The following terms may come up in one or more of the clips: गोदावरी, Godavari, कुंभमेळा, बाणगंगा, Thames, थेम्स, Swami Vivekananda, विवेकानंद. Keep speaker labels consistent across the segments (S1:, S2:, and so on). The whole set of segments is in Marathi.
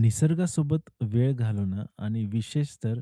S1: निसर्गासोबत वेळ घालवणं आणि विशेष तर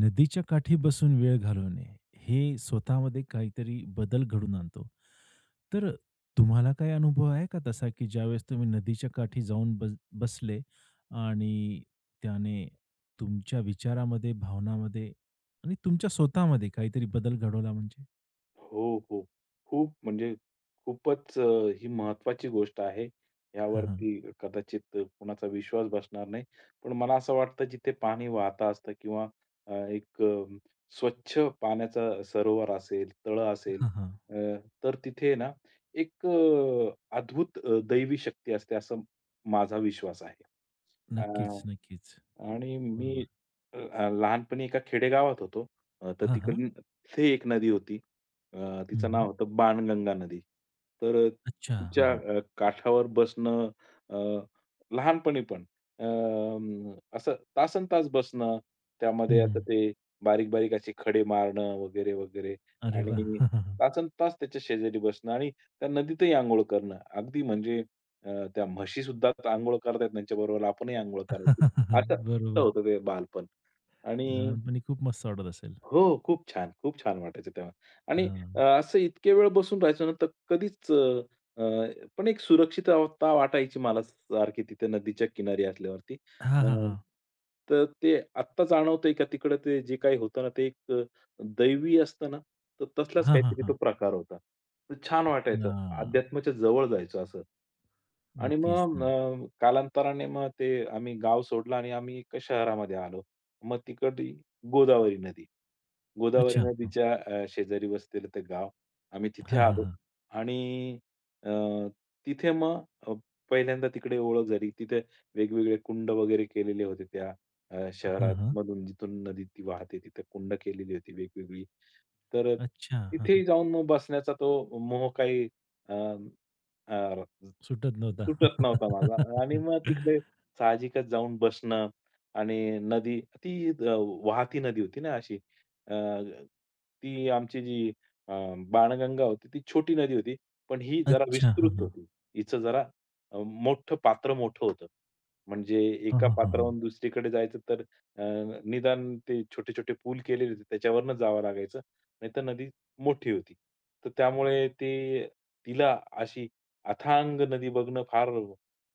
S1: नदीच्या काठी बसून वेळ घालवणे, हे स्वतःमध्ये काहीतरी बदल घडून आणतो. तर तुम्हाला काही अनुभव आहे का तसा, की ज्यावेळेस तुम्ही नदीच्या काठी जाऊन बसले आणि त्याने तुमच्या विचारामध्ये, भावनामध्ये आणि तुमच्या स्वतःमध्ये काहीतरी बदल घडवला म्हणजे?
S2: हो, हो. खूप म्हणजे खूपच, ही महत्त्वाची गोष्ट आहे.
S1: हां, हां.
S2: यावरती कदाचित कुणाचा विश्वास बसणार नाही. पण मला असं वाटतं जिथे पाणी वाहतं असतं किंवा एक स्वच्छ पाण्याचा सरोवर असेल, तळं असेल.
S1: हां, हां.
S2: अ, तर तिथे ना एक अद्भुत दैवी शक्ती असते, असं माझा विश्वास आहे. अ
S1: नक्कीच, नक्कीच.
S2: आणि मी
S1: बरोबर.
S2: अ, अ, लहानपणी एका खेडेगावात होतो. तर
S1: हां, हां.
S2: तिकडून ते एक नदी होती.
S1: हं,
S2: तिचं
S1: हं.
S2: नाव होतं बाणगंगा नदी. तर
S1: अच्छा. हां,
S2: तिच्या
S1: हां.
S2: काठावर बसणं, अ, लहानपणी पण अ, असं तासनतास बसणं. त्यामध्ये
S1: हं, हं.
S2: आता ते बारीक-बारीक असे खडे मारणं वगैरे, वगैरे.
S1: अरे वाह!
S2: आणि तासन तास त्याच्या शेजारी बसणं, आणि त्या नदीतही अंघोळ करणं. अगदी म्हणजे, अ, त्या म्हशीसुद्धा अंघोळ करतायत त्यांच्याबरोबर आपणही अंघोळ करायची. असं असं
S1: बरोबर.
S2: होतं ते बालपण. आणि
S1: लहानपणी खूप मस्त वाटत असेल.
S2: हो, खूप छान, खूप छान वाटायचं तेव्हा. आणि
S1: हां.
S2: असं इतके वेळ बसून राहायचो ना, तर कधीच अ, अ, पण एक सुरक्षितता वाटायची मला सारखी तिथे नदीच्या किनारी असल्यावरती.
S1: हां, हां, हां.
S2: तर ते आत्ता जाणवतंय का तिकडं ते जे काही होतं ना, ते एक दैवी असतं ना, तर तसलाच
S1: हां, हां,
S2: काहीतरी तो
S1: हां.
S2: प्रकार होता. तर छान वाटायचं.
S1: हां.
S2: अध्यात्माच्या जवळ जायचो असं. आणि
S1: नक्कीच
S2: मग
S1: ना.
S2: कालांतराने मग ते आम्ही गाव सोडलं आणि आम्ही एका शहरामध्ये आलो. मग तिकडे गोदावरी नदी. गोदावरी
S1: अच्छा.
S2: नदीच्या शेजारी वसलेलं ते गाव. आम्ही तिथे
S1: हां, हां,
S2: आलो
S1: हां.
S2: आणि अ, तिथे मग पहिल्यांदा तिकडे ओळख झाली. तिथे वेगवेगळे कुंड वगैरे केलेले होते त्या
S1: हां,
S2: शहरात
S1: हां.
S2: मधून जिथून नदी ती वाहते तिथे कुंड केलेली होती वेगवेगळी. तर
S1: अच्छा. हां, हां.
S2: जाऊन मग बसण्याचा तो मोह काही अ, अ,
S1: सुटत नव्हता.
S2: सुटत नव्हता माझा, आणि मग तिकडे साहजिकच जाऊन बसणं आणि नदी ती वाहती नदी होती ना अशी. अ, ती आमची जी अ, बाणगंगा होती ती छोटी नदी होती. पण ही जरा
S1: अच्छा. हां,
S2: विस्तृत
S1: हां.
S2: होती. हिचं जरा मोठं पात्र मोठं होतं. म्हणजे
S1: हां,
S2: एका
S1: हां, हां, हां.
S2: पात्रावरून दुसरीकडे जायचं तर, निदान ते छोटे-छोटे पूल केलेले होते त्याच्यावरनं जावं लागायचं. नाहीतर नदी मोठी होती. तर त्यामुळे ते तिला अशी अथांग नदी बघणं फार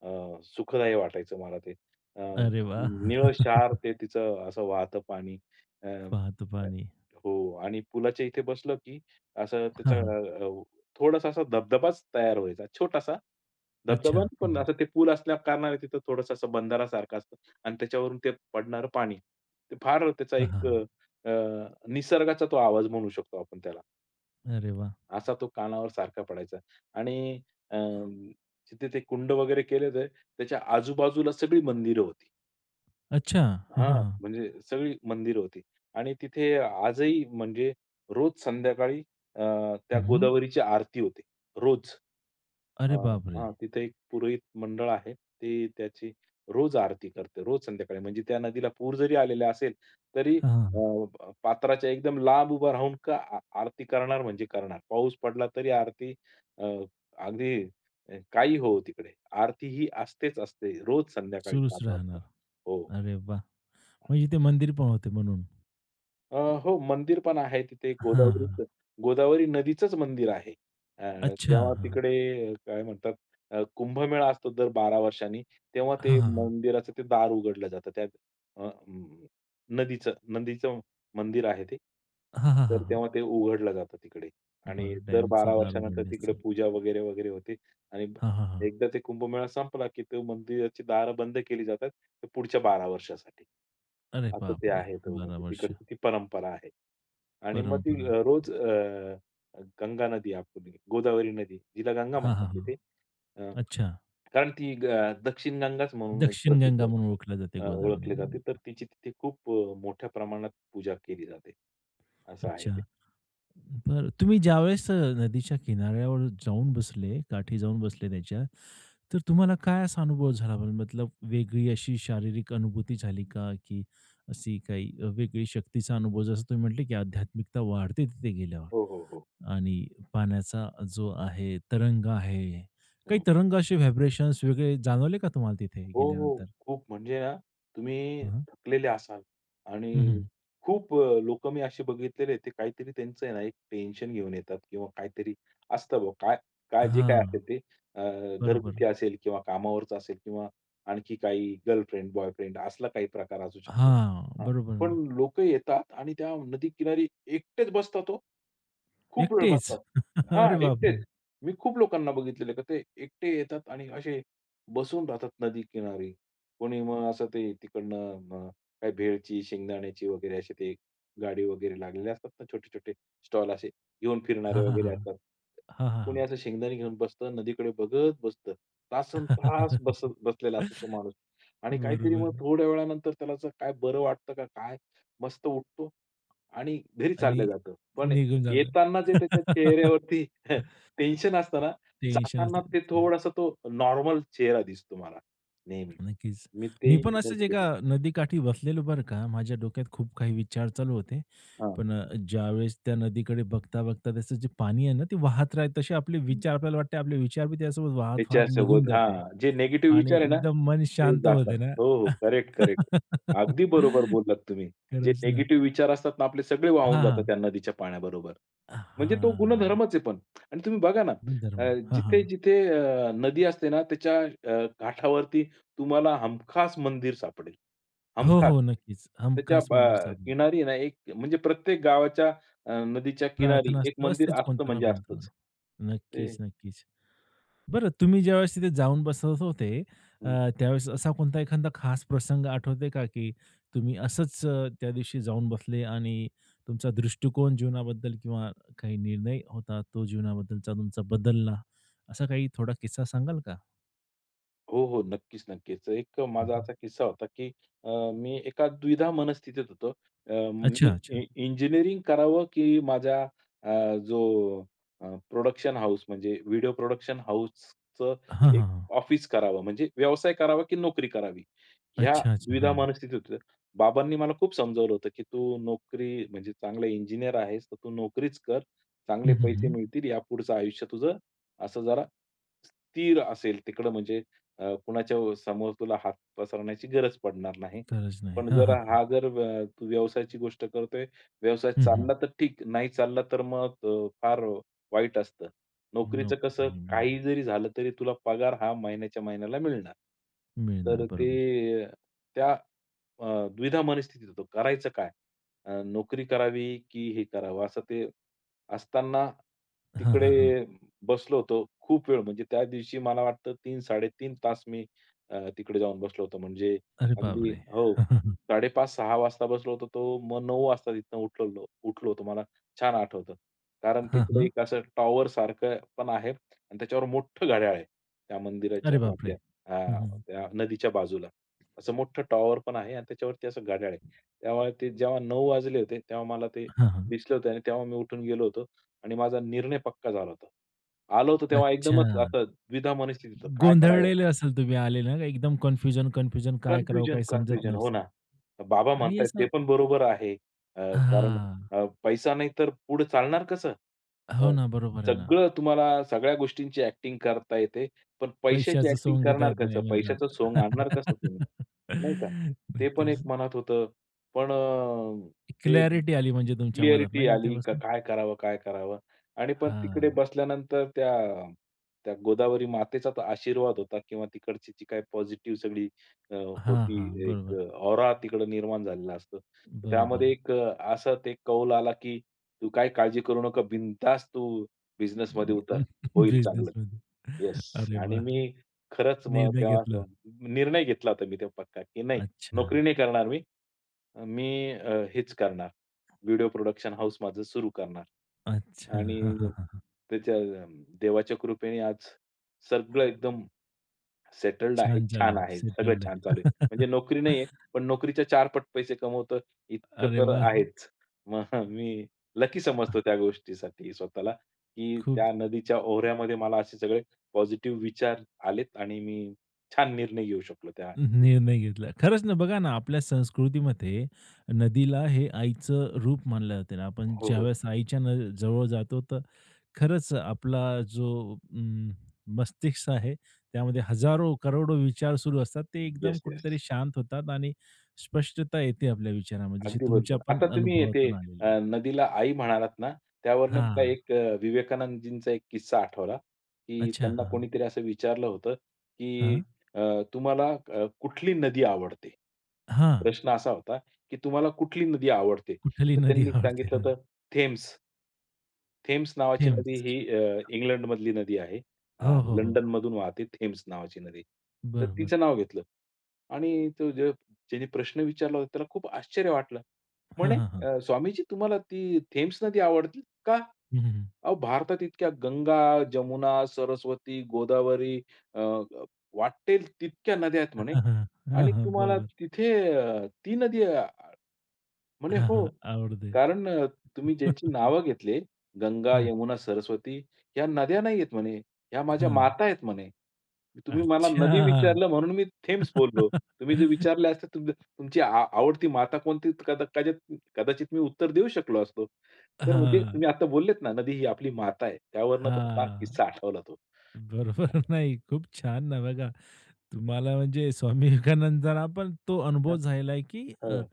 S2: सुखदायी वाटायचं मला ते. अ,
S1: अरे वा
S2: निळशार ते तिचं असं वाहतं पाणी. अ,
S1: वाहतं
S2: अ,
S1: पाणी.
S2: हो, आणि पुलाच्या इथे बसलं की असं त्याचा
S1: हां, हां.
S2: अ, अ, थोडासा असा धबधबाच तयार व्हायचा. छोटासा
S1: अच्छा.
S2: धबधबा,
S1: हां,
S2: पण
S1: हां.
S2: असं ते पूल असल्या कारणाने तिथं थोडंसं असं बंधारासारखं असतं, आणि त्याच्यावरून ते पडणारं पाणी. ते फार त्याचा
S1: हां,
S2: एक अ,
S1: हां,
S2: अ, निसर्गाचा तो आवाज म्हणू शकतो आपण त्याला.
S1: अरे वाह!
S2: असा तो कानावर सारखा पडायचा. आणि अ, तिथे ते कुंड वगैरे केले होते. त्याच्या आजूबाजूला सगळी मंदिरं होती.
S1: अच्छा. हां, हां,
S2: हां,
S1: हां.
S2: म्हणजे सगळी मंदिरं होती, आणि तिथे आजही म्हणजे रोज संध्याकाळी त्या
S1: हं, हं.
S2: गोदावरीची आरती होते. रोज. अ,
S1: अरे बापरे!
S2: हां, तिथे एक पुरोहित मंडळ आहे. ते त्याची रोज आरती करते. रोज संध्याकाळी म्हणजे त्या नदीला पूर जरी आलेला असेल, तरी
S1: हां, हां,
S2: अ,
S1: हां.
S2: पात्राच्या एकदम लांब उभा राहून का आ आरती करणार म्हणजे करणार. पाऊस पडला तरी आरती अ, अगदी काही होवो तिकडे. आरती ही असतेच असते रोज संध्याकाळी
S1: सुरूच
S2: 5:00 वाजता.
S1: राहणार.
S2: हो.
S1: अरे वाह! म्हणजे ते मंदिर पण होते म्हणून.
S2: अ, हो, मंदिर पण आहे तिथे
S1: हां, हां.
S2: गोदावरीचं. गोदावरी नदीचंच मंदिर आहे. अ,
S1: अच्छा.
S2: जेव्हा
S1: हां.
S2: तिकडे काय म्हणतात, कुंभमेळा असतो दर 12 वर्षांनी, तेव्हा
S1: हां,
S2: ते
S1: हां, हां.
S2: मंदिराचं ते दार उघडलं जातं. त्या अ, अं, नदीचं नदीचं मंदिर आहे ते.
S1: हां, हां, हां,
S2: तर
S1: हां.
S2: तेव्हा ते उघडलं जातं तिकडे, आणि
S1: बरं
S2: दर 12
S1: डॅमचं दार
S2: वर्षानंतर
S1: उघडले
S2: तिकडे
S1: असतील.
S2: पूजा वगैरे, वगैरे होते. आणि
S1: हां, हां, हां.
S2: एकदा ते कुंभमेळा संपला, की तो मंदिराची दारं बंद केली जातात, तर पुढच्या 12 वर्षासाठी.
S1: अरे
S2: असं ते
S1: बापरे!
S2: आहे, तो
S1: 12
S2: म्हणजे
S1: वर्ष
S2: तिकडची ती परंपरा आहे. आणि मग ती
S1: परंपरा.
S2: रोज गंगा नदी आपली गोदावरी नदी, जिला गंगा
S1: हां,
S2: म्हणतात
S1: हां, हां.
S2: तिथे. अ,
S1: अच्छा.
S2: कारण ती दक्षिण गंगाच म्हणून
S1: दक्षिण
S2: प्रसिद्ध
S1: गंगा
S2: आहे.
S1: म्हणून ओळखल्या जाते गोदावरी
S2: ओळखली
S1: नदी.
S2: जाते. तर तिची तिथे खूप मोठ्या प्रमाणात पूजा केली जाते. असं आहे
S1: अच्छा.
S2: ते.
S1: बरं तुम्ही ज्यावेळेस नदीच्या किनाऱ्यावर जाऊन बसले, काठी जाऊन बसले त्याच्या, तर तुम्हाला काय असा अनुभव झाला बरं? मतलब वेगळी अशी शारीरिक अनुभूती झाली का? की अशी काही वेगळी शक्तीचा अनुभव जसं तुम्ही म्हटले की आध्यात्मिकता वाढते तिथे गेल्यावर?
S2: हो, हो, हो.
S1: आणि पाण्याचा जो आहे तरंग आहे. काही
S2: हं.
S1: तरंग असे व्हायब्रेशन्स वेगळे जाणवले का तुम्हाला तिथे
S2: हो, हो.
S1: गेल्यानंतर?
S2: खूप म्हणजे ना, तुम्ही
S1: हं, हं.
S2: थकलेले असाल.
S1: हं, हं.
S2: आणि खूप लोकं मी असे बघितलेले आहेत, ते काहीतरी त्यांचं आहे ना, एक टेन्शन घेऊन येतात किंवा काहीतरी असतं बुवा. काय काय जे काय
S1: हां.
S2: असेल ते, अ,
S1: बरोबर.
S2: घरगुती असेल किंवा कामावरचं असेल किंवा आणखी काही गर्लफ्रेंड, बॉयफ्रेंड असला काही प्रकार असू शकतो.
S1: हां.
S2: हां,
S1: बरोबर
S2: पण
S1: ना.
S2: लोकं येतात आणि त्या नदीकिनारी एकटेच बसतात हो. खूप वेळ
S1: एकटेच?
S2: बसतात. हां,
S1: अरे बापरे!
S2: एकटेच. मी खूप लोकांना बघितलेलं आहे का ते एकटे येतात आणि असे बसून राहतात नदीकिनारी. कोणी मग असं ते तिकडनं मग काय भेळची, शेंगदाण्याची वगैरे असे ते गाडी वगैरे लागलेले असतात ना, छोटे-छोटे स्टॉल असे घेऊन फिरणारे
S1: हां, हां,
S2: वगैरे
S1: हां.
S2: असतात.
S1: हां, हां, हां.
S2: कोणी असं शेंगदाणे घेऊन बसतं, नदीकडे बघत बसतं. तासन तास बसत बसलेला असतो तो माणूस. आणि काहीतरी
S1: बरोबर
S2: मग थोड्या वेळानंतर त्याला असं काय बरं वाटतं का काय, मस्त उठतो आणि घरी चाललं
S1: आणि
S2: जातं. पण
S1: निघून जातं.
S2: येताना जे त्याच्या चेहऱ्यावरती टेन्शन असतं ना,
S1: टेन्शनच
S2: जाताना ते
S1: नाही.
S2: थोडासा तो नॉर्मल चेहरा दिसतो मला नेहमी.
S1: नक्कीच.
S2: मी
S1: मी
S2: ते
S1: पण
S2: नोट
S1: असंच एका
S2: केलं.
S1: नदीकाठी बसलेलो बरं का. माझ्या डोक्यात खूप काही विचार चालू होते.
S2: हां.
S1: पण ज्यावेळेस त्या नदीकडे बघता-बघता त्याचं जे पाणी आहे ना, ते वाहत राहतं. तसे आपले विचार आपल्याला वाटते आपले विचार बी त्यासोबत वाहत-वाहत निघून
S2: त्याच्यासोबत,
S1: जाते
S2: हां, जे निगेटिव्ह
S1: आणि
S2: विचार आहे ना,
S1: एकदम मन
S2: ते
S1: शांत
S2: जातात.
S1: होते ना.
S2: हो, हो. Correct, correct. अगदी बरोबर बोललात तुम्ही. जे
S1: खरंच ना.
S2: निगेटिव्ह विचार असतात ना, आपले सगळे वाहून
S1: हां,
S2: जातात
S1: हां.
S2: त्या नदीच्या पाण्याबरोबर. म्हणजे तो
S1: हां.
S2: गुणधर्मच आहे पण. आणि तुम्ही बघा ना,
S1: गुणधर्म. हां, हां.
S2: जिथे-जिथे नदी असते ना, त्याच्या काठावरती तुम्हाला हमखास मंदिर सापडेल.
S1: हो,
S2: हमखास.
S1: हो. नक्कीच.
S2: त्याच्या
S1: हमखास मंदिर सापडते.
S2: किनारी ना, एक म्हणजे प्रत्येक गावाच्या नदीच्या किनारी एक
S1: प्रार्थनास्थळ
S2: मंदिर
S1: असतेच
S2: असतं,
S1: कोणतं ना
S2: म्हणजे
S1: कोणतं.
S2: असतंच.
S1: ना.
S2: ते
S1: नक्कीच, नक्कीच. बरं, तुम्ही ज्यावेळेस तिथे जाऊन बसत होते, अ,
S2: हं.
S1: त्यावेळेस असा कोणता एखादा खास प्रसंग आठवतोय का, की तुम्ही असंच त्या दिवशी जाऊन बसले आणि तुमचा दृष्टिकोन जीवनाबद्दल किंवा काही निर्णय होता, तो जीवनाबद्दलचा तुमचा बदलला, असा काही थोडा किस्सा सांगाल का?
S2: हो, हो. नक्कीच, नक्कीच. एक माझा
S1: हं,
S2: असा किस्सा होता, की अ, मी एका द्विधा मनस्थितीत होतो. मी
S1: अच्छा, अच्छा.
S2: इंजिनिअरिंग करावं की माझ्या जो प्रोडक्शन हाऊस म्हणजे व्हिडिओ प्रोडक्शन हाऊसचं
S1: हां,
S2: एक
S1: हां, हां.
S2: ऑफिस करावं, म्हणजे व्यवसाय करावा की नोकरी करावी, ह्या
S1: अच्छा, अच्छा.
S2: द्विधा
S1: हां.
S2: मनस्थितीत होतो. बाबांनी मला खूप समजावलं होतं, की "तू नोकरी म्हणजे चांगला इंजिनिअर आहेस, तर तू नोकरीच कर. चांगले
S1: हं, हं,
S2: पैसे
S1: हं.
S2: मिळतील. यापुढचं आयुष्य तुझं असं जरा स्थिर असेल तिकडं, म्हणजे कुणाच्या समोर तुला हात पसरवण्याची गरज पडणार नाही.
S1: गरज नाही.
S2: पण
S1: हां,
S2: जर
S1: हां, हां.
S2: हा जर, तू व्यवसायाची गोष्ट करतोय, व्यवसाय
S1: हं, हं.
S2: चालला तर ठीक, नाही चालला तर मग फार वाईट असतं. नोकरीचं
S1: नोकरी
S2: कसं
S1: नाही बरोबर.
S2: काही जरी झालं तरी तुला पगार हा महिन्याच्या महिन्याला मिळणार.
S1: मिळणार
S2: तर ते
S1: बरोबर.
S2: त्या द्विधा मनस्थितीत होतो. करायचं काय? नोकरी करावी की हे करावं? असं ते असताना
S1: हां,
S2: तिकडे
S1: हां, हां.
S2: बसलो होतो खूप वेळ, म्हणजे त्या दिवशी मला वाटतं 3-3.5 तास मी तिकडे जाऊन बसलो होतो. म्हणजे
S1: अरे
S2: अगदी
S1: बापरे!
S2: हो.
S1: हां, हां, हां.
S2: 5:30-6 वाजता बसलो होतो तो, मग 9 वाजता तिथनं उठलो उठलो होतो. मला छान आठवतं. कारण
S1: हां,
S2: तिकडे
S1: हां.
S2: एक असं टॉवर सारखं पण आहे, आणि त्याच्यावर मोठं घड्याळ आहे. त्या मंदिराच्या
S1: अरे बापरे!
S2: आपल्या अ,
S1: हं, हं.
S2: त्या नदीच्या बाजूला. असं मोठं टॉवर पण आहे आणि त्याच्यावरती असं घड्याळ आहे. त्यामुळे ते जेव्हा 9 वाजले होते, तेव्हा मला ते
S1: हां, हां.
S2: दिसलं होतं आणि तेव्हा मी उठून गेलो होतो. आणि माझा निर्णय पक्का झाला होता. आलो होतो तेव्हा
S1: अच्छा.
S2: एकदमच असं द्विधा मनस्थिती होतं. काय करावं?
S1: गोंधळलेले असाल तुम्ही आले ना, एकदम कन्फ्युजन, कन्फ्युजन काय करावं
S2: कन्फ्युजन,
S1: काही समजत
S2: कन्फ्युजन. हो
S1: नव्हतं
S2: ना. बाबा
S1: आणि
S2: म्हणतायत ते
S1: असं
S2: पण बरोबर आहे. अ, कारण
S1: हां.
S2: अ, पैसा नाही तर पुढे चालणार कसं? अ,
S1: हो ना, बरोबर आहे ना.
S2: सगळं तुम्हाला सगळ्या गोष्टींची ॲक्टिंग करता येते. पण पैशाची
S1: पैशाचं
S2: ॲक्टिंग
S1: सोंग घेता
S2: करणार
S1: येत नाही
S2: कसं? पैशाचं सोंग आणणार कसं तुम्ही?
S1: म्हणतात.
S2: नाही का? ते पण एक
S1: नक्कीच.
S2: मनात होतं. पण ते
S1: क्लॅरिटी आली म्हणजे तुमच्या मनात
S2: क्लिअरिटी
S1: नाही इथे
S2: आली का,
S1: बसून?
S2: काय करावं, काय करावं? आणि पण तिकडे
S1: हां.
S2: बसल्यानंतर त्या त्या गोदावरी मातेचा तो आशीर्वाद होता, किंवा तिकडची जी काही पॉझिटिव्ह सगळी अ,
S1: हां,
S2: होती
S1: हां.
S2: एक
S1: बरोबर,
S2: ऑरा तिकडं निर्माण झालेला असतो. तर त्यामध्ये
S1: बरोबर.
S2: एक असा ते कौल आला, की "तू काही काळजी करू नका. बिनधास्त तू बिझनेसमध्ये उतर. होईल चांगलं."
S1: बिझनेसमध्ये.
S2: येस.
S1: अरे
S2: आणि
S1: वाह!
S2: मी खरंच मग
S1: निर्णय
S2: तेव्हा
S1: घेतला.
S2: तो निर्णय घेतला होता मी तेव्हा पक्का, की नाही,
S1: अच्छा,
S2: नोकरी नाही करणार मी. मी हेच करणार. व्हिडिओ प्रोडक्शन हाऊस माझं सुरू करणार.
S1: अच्छा.
S2: आणि
S1: हां, हां,
S2: मग
S1: हां.
S2: त्याच्या देवाच्या कृपेने आज सगळं एकदम सेटल्ड आहे.
S1: छान चालू
S2: छान
S1: आहे,
S2: आहे. सगळं
S1: सेटल्ड
S2: छान चालू आहे.
S1: आहे.
S2: म्हणजे नोकरी नाहीये, पण नोकरीच्या चार पट पैसे कमवतोय इतकं
S1: अरे
S2: तर
S1: वाह!
S2: आहेच. मग मी लकी समजतो त्या गोष्टीसाठी स्वतःला, की
S1: खूप
S2: त्या नदीच्या ओहऱ्यामध्ये मला असे सगळे पॉझिटिव्ह विचार आलेत आणि मी छान निर्णय घेऊ शकलो त्या.
S1: निर्णय घेतला. खरंच ना, बघा ना, आपल्या संस्कृतीमध्ये नदीला हे आईचं रूप मानलं जातं. आपण
S2: हो, हो.
S1: ज्यावेळेस आईच्या न जवळ जातो, तर खरंच आपला जो अं, मस्तिष्क आहे, त्यामध्ये हजारो, करोडो विचार सुरू असतात. ते एकदम
S2: येस, येस.
S1: कुठेतरी शांत होतात आणि स्पष्टता येते आपल्या विचारामध्ये, जशी
S2: अगदी
S1: तुमच्या
S2: बरोबर. आता
S1: पण
S2: तुम्ही ते
S1: अनुभवातून
S2: अ,
S1: आलेली आहे.
S2: नदीला आई म्हणालात ना, त्यावरनं मला
S1: हां.
S2: एक विवेकानंदजींचा एक किस्सा आठवला, की
S1: अच्छा.
S2: त्यांना
S1: हां, हां.
S2: कोणीतरी असं विचारलं होतं, की
S1: हां?
S2: अ, तुम्हाला कुठली नदी आवडते?
S1: हां.
S2: प्रश्न असा होता, की तुम्हाला कुठली नदी आवडते?
S1: कुठली
S2: तर
S1: नदी
S2: त्यांनी
S1: आवडते?
S2: सांगितलं
S1: हां.
S2: होतं थेम्स. थेम्स नावाची नदी
S1: थेम्स.
S2: ही इंग्लंडमधली नदी आहे.
S1: हो, हो, हो.
S2: लंडनमधून वाहते थेम्स नावाची नदी. तर तिचं
S1: बरोबर.
S2: नाव घेतलं आणि तो जे, ज्याने प्रश्न विचारला होता त्याला खूप आश्चर्य वाटलं. म्हणे,
S1: हां, हां, हां.
S2: "स्वामीजी, तुम्हाला ती थेम्स नदी आवडते का?
S1: हं, हं, हं.
S2: अहो भारतात इतक्या गंगा, जमुना, सरस्वती, गोदावरी, अ, अ, वाटेल तितक्या नद्या आहेत म्हणे,
S1: हां, हां. हां,
S2: आणि
S1: हां.
S2: तुम्हाला
S1: बरोबर.
S2: तिथे ती नदी म्हणे
S1: हां,
S2: हो."
S1: हां. आवडते.
S2: कारण तुम्ही ज्यांची नावं घेतले, गंगा,
S1: हां,
S2: यमुना, सरस्वती, ह्या नद्या नाहीयेत म्हणे, ह्या माझ्या
S1: हां.
S2: माता आहेत म्हणे. तुम्ही मला नदी
S1: अच्छा.
S2: विचारलं म्हणून मी थेम्स बोललो. तुम्ही जर विचारले असते तुमची आवडती माता कोणती, तर कदाचित मी उत्तर देऊ शकलो असतो. तर म्हणजे तुम्ही
S1: हां,
S2: आता बोललेत ना, नदी ही आपली माता आहे. त्यावरनं तो मला
S1: हां.
S2: किस्सा आठवला तो.
S1: बरोबर.
S2: हं,
S1: नाही, खूप छान ना बघा. तुम्हाला म्हणजे स्वामी विवेकानंदांना पण तो अनुभव झालेला आहे, की अ,
S2: हो.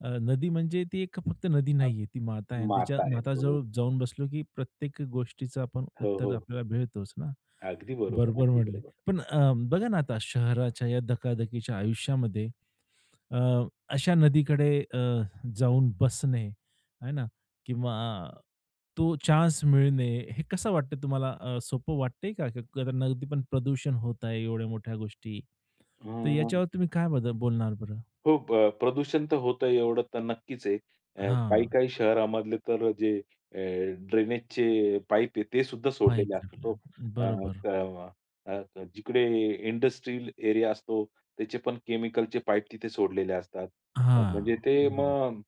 S1: अ, नदी म्हणजे ती एक फक्त नदी
S2: अ,
S1: नाहीये, ती माता आहे आणि तिच्या
S2: माता आहे.
S1: माताजवळ
S2: बरोबर.
S1: जाऊन बसलो, की प्रत्येक गोष्टीचं आपण
S2: हो,
S1: उत्तर
S2: हो, हो.
S1: आपल्याला मिळतोच ना.
S2: अगदी बरोबर,
S1: बरोबर
S2: अगदी
S1: म्हटले.
S2: बरोबर.
S1: पण बघा ना आता शहराच्या या धकाधकीच्या आयुष्यामध्ये अ, अशा नदीकडे अ, जाऊन बसणे आहे ना किंवा तो चान्स मिळणे हे कसं वाटतं तुम्हाला? सोपं वाटतंय का? का- का- कारण नदी पण प्रदूषण होत आहे एवढ्या मोठ्या गोष्टी.
S2: अ
S1: तर याच्यावर तुम्ही काय बदल बोलणार बरं?
S2: हो, प्रदूषण तर होतंय एवढं तर नक्कीच आहे.
S1: हां,
S2: काही-काही शहरामधले तर जे अ, ड्रेनेजचे पाईप आहे ते सुद्धा सोडलेले
S1: पाईप
S2: असतात तो
S1: टाकल्या.
S2: अ,
S1: बरोबर.
S2: क जिकडे इंडस्ट्रियल एरिया असतो त्याचे पण केमिकलचे पाईप तिथे सोडलेले असतात. म्हणजे
S1: हां,
S2: ते
S1: बरोबर.
S2: मग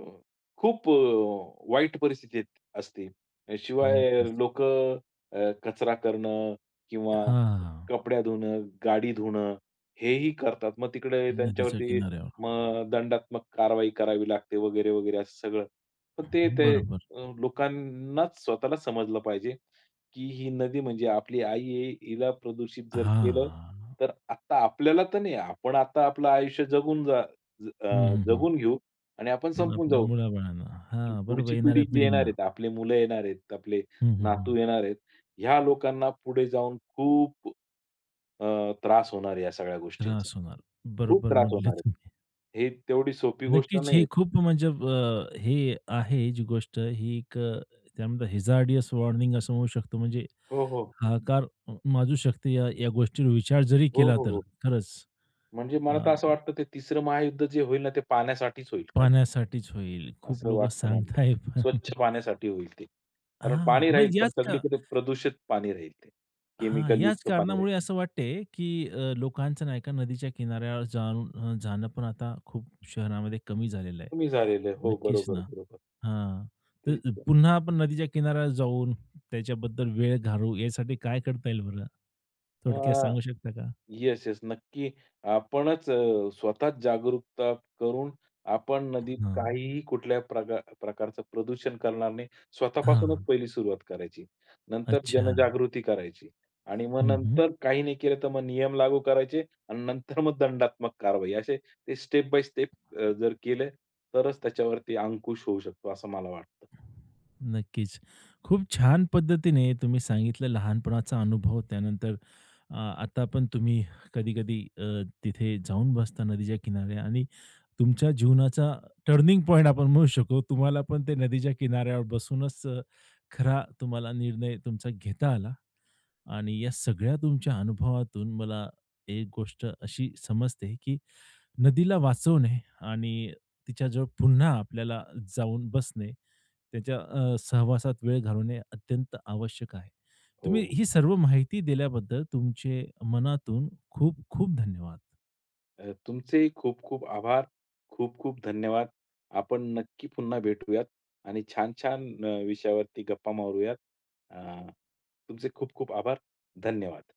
S2: अ, खूप वाईट परिस्थिती असते. शिवाय
S1: नक्कीच.
S2: लोकं कचरा करणं किंवा
S1: हां,
S2: कपड्या धुणं, गाडी धुणं हेही करतात. मग तिकडे
S1: नदीच्या
S2: त्यांच्यावरती
S1: किनाऱ्यावर.
S2: मग दंडात्मक कारवाई करावी लागते वगैरे, वगैरे असं सगळं. पण ते ते
S1: बरोबर.
S2: लोकांनाच स्वतःला समजलं पाहिजे, की ही नदी म्हणजे आपली आई आहे. हिला प्रदूषित जर केलं,
S1: हां.
S2: तर आता आपल्याला तर नाही, आपण आता आपलं आयुष्य जगून ज
S1: हं,
S2: अ,
S1: हं, हं.
S2: जगून घेऊ आणि आपण
S1: पण
S2: संपून
S1: आपल्या
S2: जाऊ.
S1: मुलाबाळांना. हां, बरोबर
S2: पुढची पिढी
S1: येणाऱ्या
S2: जी येणार
S1: पिढींना.
S2: आहेत, आपले मुलं येणार आहेत, आपले
S1: हं, हं,
S2: नातू
S1: हं.
S2: येणार आहेत. ह्या लोकांना पुढे जाऊन खूप त्रास होणार आहे या सगळ्या गोष्टींचा.
S1: त्रास होणार.
S2: खूप
S1: बरोबर
S2: त्रास
S1: म्हटले
S2: होणार
S1: तुम्ही.
S2: आहे. हे तेवढी सोपी गोष्ट
S1: नक्कीच
S2: नाही.
S1: हे खूप म्हणजे हे आहे जी गोष्ट ही एक त्यामध्ये हॅझार्डियस वॉर्निंग असं म्हणू शकतो. म्हणजे
S2: हो, हो.
S1: हाहाकार माजू शकते या या गोष्टीवर विचार जरी
S2: हो,
S1: केला
S2: हो,
S1: तर
S2: हो.
S1: खरंच
S2: म्हणजे मला तर
S1: अ,
S2: असं वाटतं ते तिसरं महायुद्ध जे होईल ना ते पाण्यासाठीच होईल का?
S1: पाण्यासाठीच होईल. खूप
S2: असं
S1: लोकं
S2: वाटतं मला.
S1: सांगताय पण
S2: स्वच्छ पाण्यासाठी होईल ते. कारण
S1: हां,
S2: पाणी राहील,
S1: मग
S2: पण
S1: याच का
S2: सगळीकडे प्रदूषित पाणी राहील ते.
S1: हां, याच
S2: केमिकलयुक्त पाणी राहील.
S1: कारणामुळे असं वाटते, की लोकांचं नाही का नदीच्या किनाऱ्यावर जाऊन जाणं पण आता खूप शहरामध्ये कमी झालेलं आहे.
S2: कमी झालेलं आहे. हो,
S1: नक्कीच
S2: बरोबर,
S1: ना.
S2: बरोबर.
S1: हां.
S2: तेच
S1: तर
S2: तर.
S1: पुन्हा आपण नदीच्या किनाऱ्याला जाऊन त्याच्याबद्दल वेळ घालवू यासाठी काय करता येईल बरं?
S2: अ
S1: थोडक्यात सांगू शकता का?
S2: Yes, yes. नक्की, आपणच स्वतःच जागरूकता करून आपण नदीत
S1: हां.
S2: काहीही कुठल्या प्रकारचं प्रदूषण करणार नाही. स्वतःपासूनच
S1: हां.
S2: पहिली सुरुवात करायची. नंतर
S1: अच्छा.
S2: जनजागृती करायची, आणि मग
S1: हं, हं.
S2: नंतर काही नाही केलं तर मग नियम लागू करायचे, आणि नंतर मग दंडात्मक कारवाई. असे ते स्टेप बाय स्टेप जर केलं तरच त्याच्यावरती अंकुश होऊ शकतो असं मला वाटतं.
S1: नक्कीच. खूप छान पद्धतीने तुम्ही सांगितलं लहानपणाचा अनुभव त्यानंतर आता पण तुम्ही कधी-कधी तिथे जाऊन बसता नदीच्या किनारे आणि तुमच्या जीवनाचा टर्निंग पॉइंट आपण म्हणू शकतो. तुम्हाला पण ते नदीच्या किनाऱ्यावर बसूनच खरा तुम्हाला निर्णय तुमचा घेता आला आणि या सगळ्या तुमच्या अनुभवातून मला एक गोष्ट अशी समजते, की नदीला वाचवणे आणि तिच्याजवळ पुन्हा आपल्याला जाऊन बसणे त्याच्या सहवासात वेळ घालवणे अत्यंत आवश्यक आहे.
S2: हो.
S1: तुम्ही
S2: हो.
S1: ही सर्व माहिती दिल्याबद्दल तुमचे मनातून खूप खूप धन्यवाद.
S2: तुमचेही खूप-खूप आभार. खूप-खूप धन्यवाद. आपण नक्की पुन्हा भेटूयात आणि छान-छान विषयावरती गप्पा मारूयात. अ, तुमचे खूप-खूप आभार. धन्यवाद.